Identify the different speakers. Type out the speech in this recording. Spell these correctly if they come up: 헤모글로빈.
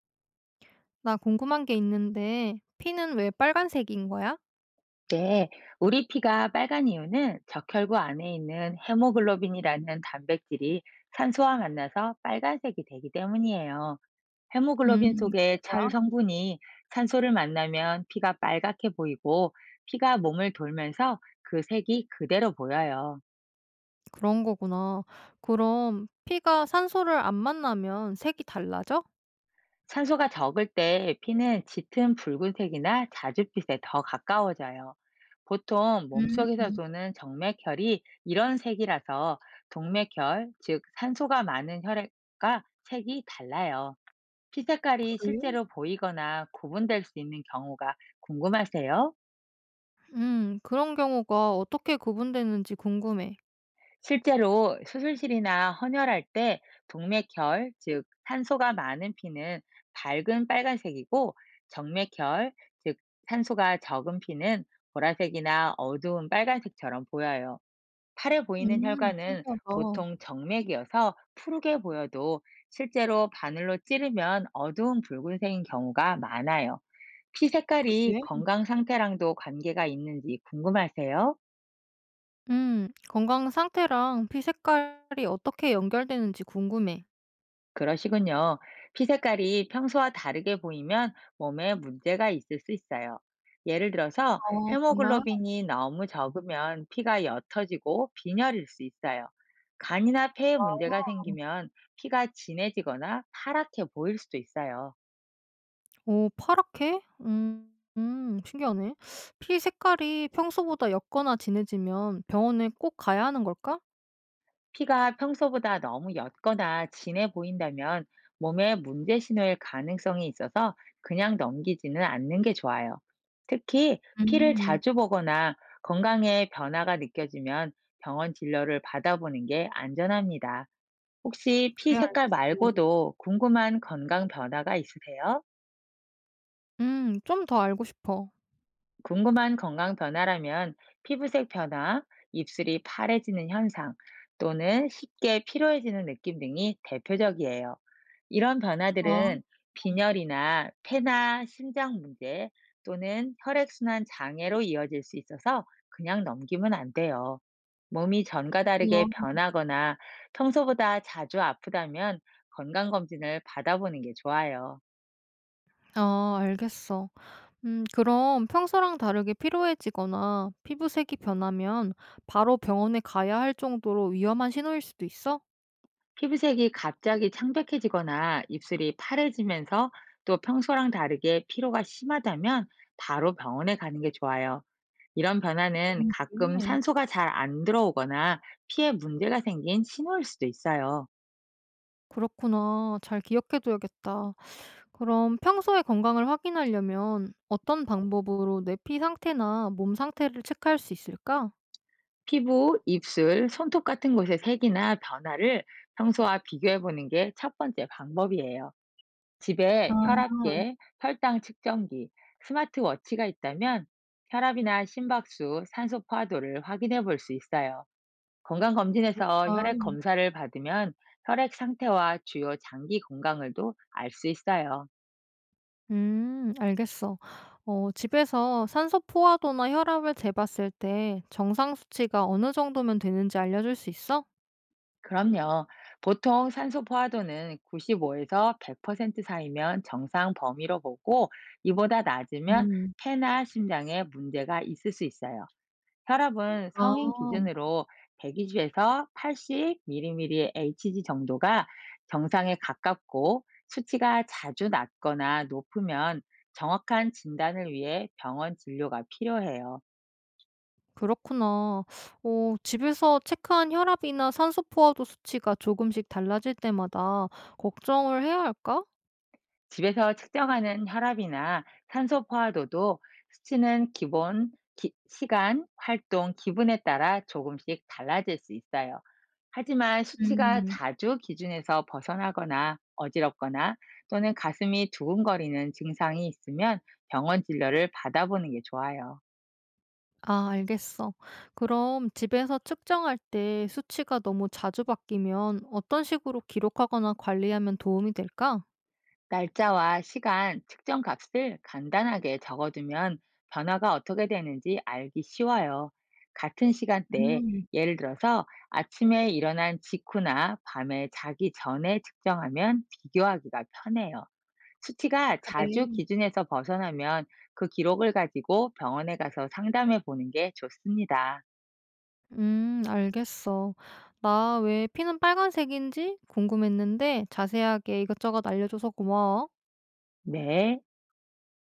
Speaker 1: 나 궁금한 게 있는데, 피는 왜 빨간색인 거야?
Speaker 2: 네, 우리 피가 빨간 이유는 적혈구 안에 있는 헤모글로빈이라는 단백질이 산소와 만나서 빨간색이 되기 때문이에요. 헤모글로빈
Speaker 1: 그런
Speaker 2: 속의 철
Speaker 1: 거야?
Speaker 2: 성분이 산소를 만나면 피가 빨갛게 보이고 피가 몸을 돌면서 그 색이 그대로 보여요.
Speaker 1: 그런 거구나. 그럼 피가 산소를 안 만나면 색이 달라져?
Speaker 2: 산소가 적을 때 피는 짙은 붉은색이나 자줏빛에 더 가까워져요. 보통
Speaker 1: 음,
Speaker 2: 몸속에서
Speaker 1: 음,
Speaker 2: 도는 정맥혈이 이런 색이라서 동맥혈, 즉 산소가 많은 혈액과 색이 달라요. 피 색깔이
Speaker 1: 그래?
Speaker 2: 실제로 보이거나 구분될 수 있는 경우가 궁금하세요?
Speaker 1: 그런 경우가 어떻게 구분되는지 궁금해.
Speaker 2: 실제로 수술실이나 헌혈할 때 동맥혈, 즉 산소가 많은 피는 밝은 빨간색이고 정맥혈, 즉 산소가 적은 피는 보라색이나 어두운 빨간색처럼 보여요. 팔에 보이는 혈관은
Speaker 1: 신기하다.
Speaker 2: 보통 정맥이어서 푸르게 보여도 실제로 바늘로 찌르면 어두운 붉은색인 경우가 많아요. 피 색깔이
Speaker 1: 그래?
Speaker 2: 건강 상태랑도 관계가 있는지 궁금하세요?
Speaker 1: 건강 상태랑 피 색깔이 어떻게 연결되는지 궁금해.
Speaker 2: 그러시군요. 피 색깔이 평소와 다르게 보이면 몸에 문제가 있을 수 있어요. 예를 들어서
Speaker 1: 아, 정말?
Speaker 2: 헤모글로빈이 너무 적으면 피가 옅어지고 빈혈일 수 있어요. 간이나 폐에 문제가 생기면 피가 진해지거나 파랗게 보일 수도 있어요.
Speaker 1: 오 파랗게? 음. 신기하네. 피 색깔이 평소보다 옅거나 진해지면 병원에 꼭 가야 하는 걸까?
Speaker 2: 피가 평소보다 너무 옅거나 진해 보인다면 몸에 문제 신호일 가능성이 있어서 그냥 넘기지는 않는 게 좋아요. 특히 피를
Speaker 1: 음.
Speaker 2: 자주 보거나 건강에 변화가 느껴지면 병원 진료를 받아보는 게 안전합니다. 혹시 피
Speaker 1: 그래
Speaker 2: 색깔
Speaker 1: 알겠어.
Speaker 2: 말고도 궁금한 건강 변화가 있으세요?
Speaker 1: 음. 좀 더 알고 싶어.
Speaker 2: 궁금한 건강 변화라면 피부색 변화, 입술이 파래지는 현상, 또는 쉽게 피로해지는 느낌 등이 대표적이에요. 이런
Speaker 1: 아
Speaker 2: 변화들은 빈혈이나 폐나 심장 문제 또는 혈액순환 장애로 이어질 수 있어서 그냥 넘기면 안 돼요. 몸이 전과 다르게
Speaker 1: 그렇구나.
Speaker 2: 변하거나 평소보다 자주 아프다면 건강검진을 받아보는 게 좋아요.
Speaker 1: 아 알겠어. 그럼 평소랑 다르게 피로해지거나 피부색이 변하면 바로 병원에 가야 할 정도로 위험한 신호일 수도 있어?
Speaker 2: 피부색이 갑자기 창백해지거나 입술이 파래지면서 또 평소랑 다르게 피로가 심하다면 바로 병원에 가는 게 좋아요. 이런 변화는 가끔
Speaker 1: 그래.
Speaker 2: 산소가 잘 안 들어오거나 피에 문제가 생긴 신호일 수도 있어요.
Speaker 1: 그렇구나. 잘 기억해 둬야겠다. 그럼 평소에 건강을 확인하려면 어떤 방법으로 내피 상태나 몸 상태를 체크할 수 있을까?
Speaker 2: 피부, 입술, 손톱 같은 곳의 색이나 변화를 평소와 비교해 보는 게 첫 번째 방법이에요.
Speaker 1: 아,
Speaker 2: 집에 혈압계, 혈당 측정기, 스마트워치가 있다면 혈압이나 심박수, 산소 포화도를 확인해 볼 수 있어요. 건강검진에서 혈액
Speaker 1: 아.
Speaker 2: 검사를 받으면 혈액 상태와 주요 장기 건강을도 알 수 있어요.
Speaker 1: 알겠어. 어, 집에서 산소 포화도나 혈압을 재봤을 때 정상 수치가 어느 정도면 되는지 알려줄 수 있어?
Speaker 2: 그럼요. 보통 산소 포화도는 95에서 100% 사이면 정상 범위로 보고 이보다 낮으면
Speaker 1: 음.
Speaker 2: 폐나 심장에 문제가 있을 수 있어요. 혈압은
Speaker 1: 아,
Speaker 2: 성인 기준으로 120에서 80mm의 Hg 정도가 정상에 가깝고 수치가 자주 낮거나 높으면 정확한 진단을 위해 병원 진료가 필요해요.
Speaker 1: 그렇구나. 어, 집에서 체크한 혈압이나 산소 포화도 수치가 조금씩 달라질 때마다 걱정을 해야 할까?
Speaker 2: 집에서 측정하는 혈압이나 산소 포화도도 수치는 시간, 활동, 기분에 따라 조금씩 달라질 수 있어요. 하지만 수치가
Speaker 1: 음.
Speaker 2: 자주 기준에서 벗어나거나 어지럽거나 또는 가슴이 두근거리는 증상이 있으면 병원 진료를 받아보는 게 좋아요.
Speaker 1: 아 알겠어. 그럼 집에서 측정할 때 수치가 너무 자주 바뀌면 어떤 식으로 기록하거나 관리하면 도움이 될까?
Speaker 2: 날짜와 시간, 측정 값을 간단하게 적어두면 변화가 어떻게 되는지 알기 쉬워요. 같은 시간대에
Speaker 1: 음,
Speaker 2: 예를 들어서 아침에 일어난 직후나 밤에 자기 전에 측정하면 비교하기가 편해요. 수치가
Speaker 1: 그래.
Speaker 2: 자주 기준에서 벗어나면 그 기록을 가지고 병원에 가서 상담해 보는 게 좋습니다.
Speaker 1: 알겠어. 나 왜 피는 빨간색인지 궁금했는데 자세하게 이것저것 알려줘서 고마워.
Speaker 2: 네.